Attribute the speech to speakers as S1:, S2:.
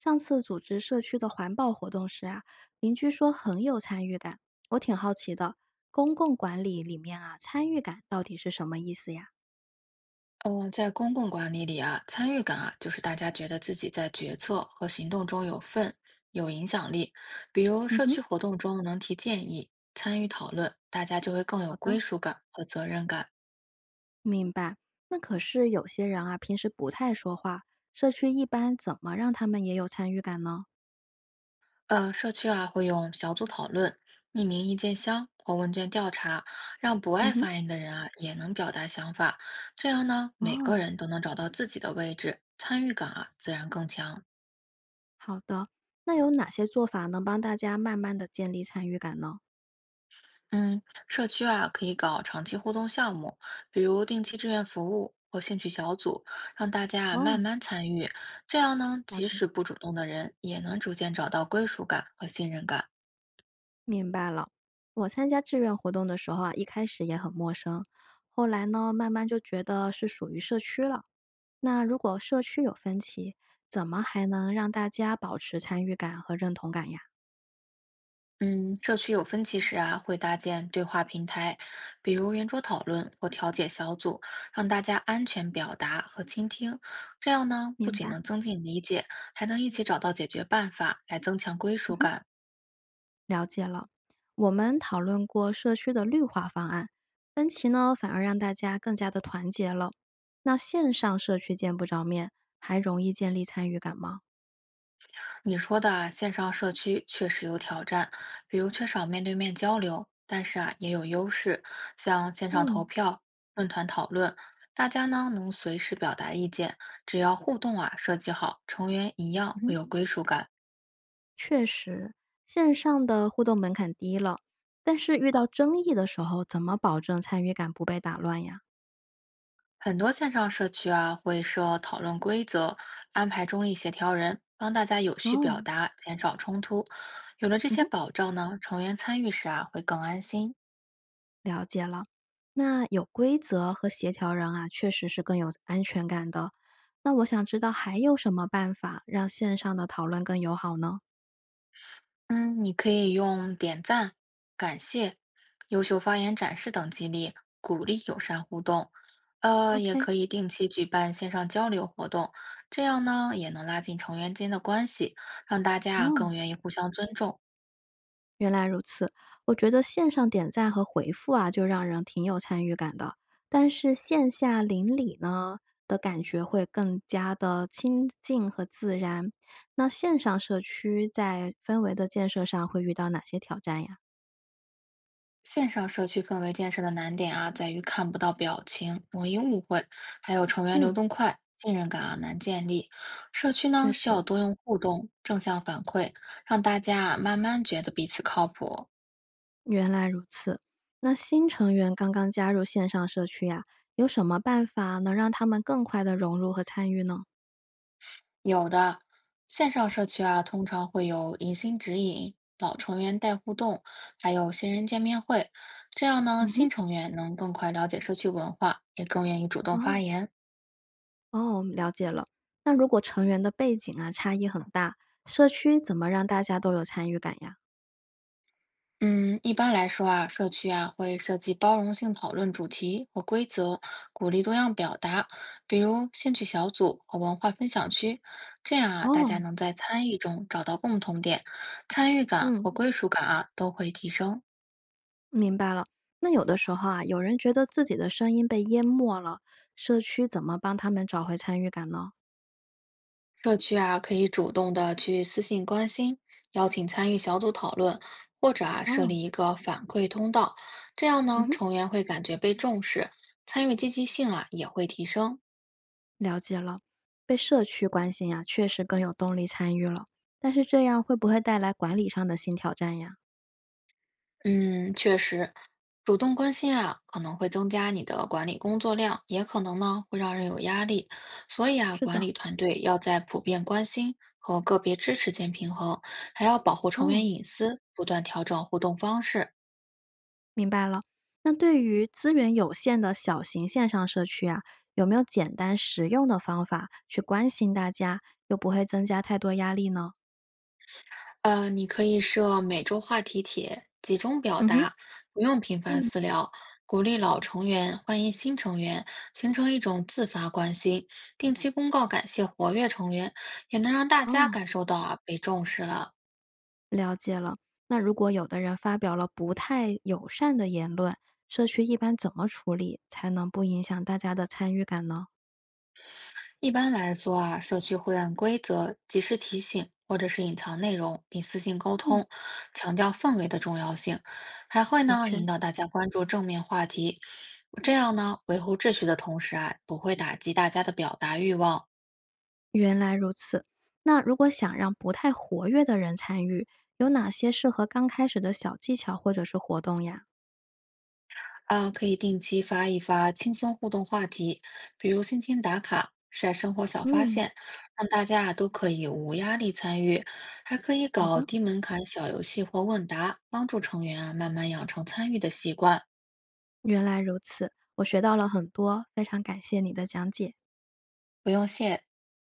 S1: 上次组织社区的环保活动时啊，邻居说很有参与感，我挺好奇的。公共管理里面啊，参与感到底是什么意思呀？
S2: 嗯，在公共管理里啊，参与感啊，就是大家觉得自己在决策和行动中有份、有影响力。比如
S1: 嗯
S2: 社
S1: 哼，
S2: 区活动中能提建议、参与讨论，大家就会更有
S1: 好
S2: 归
S1: 的，
S2: 属感和责任感。
S1: 明白。那可是有些人啊，平时不太说话，社区一般怎么让他们也有参与感呢？
S2: 社区啊会用小组讨论、匿名意见箱或问卷调查，让不
S1: 嗯
S2: 爱
S1: 哼，
S2: 发言的人啊也能表达想法。这样呢，每个
S1: 哦，
S2: 人都能找到自己的位置，参与感啊自然更强。
S1: 好的。那有哪些做法能帮大家慢慢的建立参与感呢？
S2: 嗯，社区啊，可以搞长期互动项目，比如定期志愿服务或兴趣小组，让大家啊慢
S1: 哦，
S2: 慢参与。这样呢，
S1: 了
S2: 即
S1: 解。
S2: 使不主动的人，也能逐渐找到归属感和信任感。
S1: 明白了，我参加志愿活动的时候啊，一开始也很陌生，后来呢，慢慢就觉得是属于社区了。那如果社区有分歧，怎么还能让大家保持参与感和认同感呀？
S2: 嗯，社区有分歧时啊，会搭建对话平台，比如圆桌讨论或调解小组，让大家安全表达和倾听。这样呢，不
S1: 明白，
S2: 仅能增进理解，还能一起找到解决办法，来增强归
S1: 嗯
S2: 属
S1: 哼，
S2: 感。
S1: 了解了。我们讨论过社区的绿化方案，分歧呢反而让大家更加的团结了。那线上社区见不着面，还容易建立参与感吗？
S2: 你说的啊，线上社区确实有挑战，比如缺少面对面交流，但是啊，也有优势，像线上投
S1: 嗯
S2: 票、论坛讨论，大家呢能随时表达意见，只要互动啊设计好，成员一样
S1: 嗯
S2: 会
S1: 哼。
S2: 有归属感。
S1: 确实，线上的互动门槛低了，但是遇到争议的时候，怎么保证参与感不被打乱呀？
S2: 很多线上社区啊会设讨论规则，安排中立协调人，帮大家有序
S1: 哦，
S2: 表达，减少冲突。有了这
S1: 嗯
S2: 些
S1: 哼，
S2: 保障呢，成员参与时啊会更安心。
S1: 了解了。那有规则和协调人啊，确实是更有安全感的。那我想知道还有什么办法让线上的讨论更友好呢
S2: 嗯，你可以用点赞、感谢、优秀发言展示等激励，鼓励友善互动。也
S1: ？OK，
S2: 可以定期举办线上交流活动，这样呢也能拉近成员间的关系，让大家啊
S1: 哦，
S2: 更愿意互相尊重。
S1: 原来如此，我觉得线上点赞和回复啊，就让人挺有参与感的。但是线下邻里呢的感觉会更加的亲近和自然。那线上社区在氛围的建设上会遇到哪些挑战呀？
S2: 线上社区氛围建设的难点啊，在于看不到表情，容易误会，还有成员
S1: 嗯，
S2: 流动快，信任感啊难建立。社区
S1: 确
S2: 呢需要
S1: 实。
S2: 多用互动、正向反馈，让大家啊慢慢觉得彼此靠谱。
S1: 原来如此，那新成员刚刚加入线上社区呀，有什么办法能让他们更快的融入和参与呢？
S2: 有的，线上社区啊，通常会有迎新指引、老成员带互动，还有新人见面会。这样呢，
S1: 嗯
S2: 新
S1: 哼。
S2: 成员能更快了解社区文化，也更愿意主动发
S1: 哦，
S2: 言。
S1: 哦，了解了。那如果成员的背景啊差异很大，社区怎么让大家都有参与感呀？
S2: 嗯，一般来说啊，社区啊会设计包容性讨论主题和规则，鼓励多样表达，比如兴趣小组和文化分享区。这样啊，大家
S1: 哦，
S2: 能在参与中找到共同点，参与感
S1: 嗯，
S2: 和归属感啊都会提升。
S1: 明白了。那有的时候啊，有人觉得自己的声音被淹没了，社区怎么帮他们找回参与感呢？
S2: 社区啊，可以主动的去私信关心，邀请参与小组讨论，或者啊，设
S1: 哦，
S2: 立一个反馈通道，这样
S1: 嗯
S2: 呢，
S1: 哼，
S2: 成员会感觉被重视，参与积极性啊也会提升。
S1: 了解了。被社区关心呀，确实更有动力参与了。但是这样会不会带来管理上的新挑战呀？
S2: 嗯，确实，主动关心啊，可能会增加你的管理工作量，也可能呢会让人有压力。所以啊，
S1: 是
S2: 管
S1: 的，
S2: 理团队要在普遍关心和个别支持间平衡，还要保护成
S1: 哦，
S2: 员隐私，不断调整互动方式。
S1: 明白了。那对于资源有限的小型线上社区啊，有没有简单实用的方法去关心大家，又不会增加太多压力呢？
S2: 你可以设每周话题帖，集中表
S1: 嗯哼，
S2: 达，不用频繁
S1: 嗯。
S2: 私聊，鼓励老成员欢迎新成员，形成一种自发关心。定期公告感谢活跃成员，也能让大家
S1: 哦，
S2: 感受到啊被重视了。
S1: 了解了。那如果有的人发表了不太友善的言论，社区一般怎么处理才能不影响大家的参与感呢？
S2: 一般来说啊，社区会按规则及时提醒或者是隐藏内容，并私信沟
S1: 嗯，
S2: 通，强调氛围的重要性，还会
S1: 的
S2: 呢
S1: 确，
S2: 引导大家关注正面话题，这样呢维护秩序的同时啊，不会打击大家的表达欲望
S1: 原来如此。那如果想让不太活跃的人参与，有哪些适合刚开始的小技巧或者是活动呀？
S2: 啊，可以定期发一发轻松互动话题，比如心情打卡。晒生活小发
S1: 嗯，
S2: 现，让大家啊都可以无压力参与，还可以
S1: 好
S2: 搞
S1: 的。
S2: 低门槛小游戏或问答，帮助成员啊慢慢养成参与的习惯。
S1: 原来如此，我学到了很多，非常感谢你的讲解。
S2: 不用谢。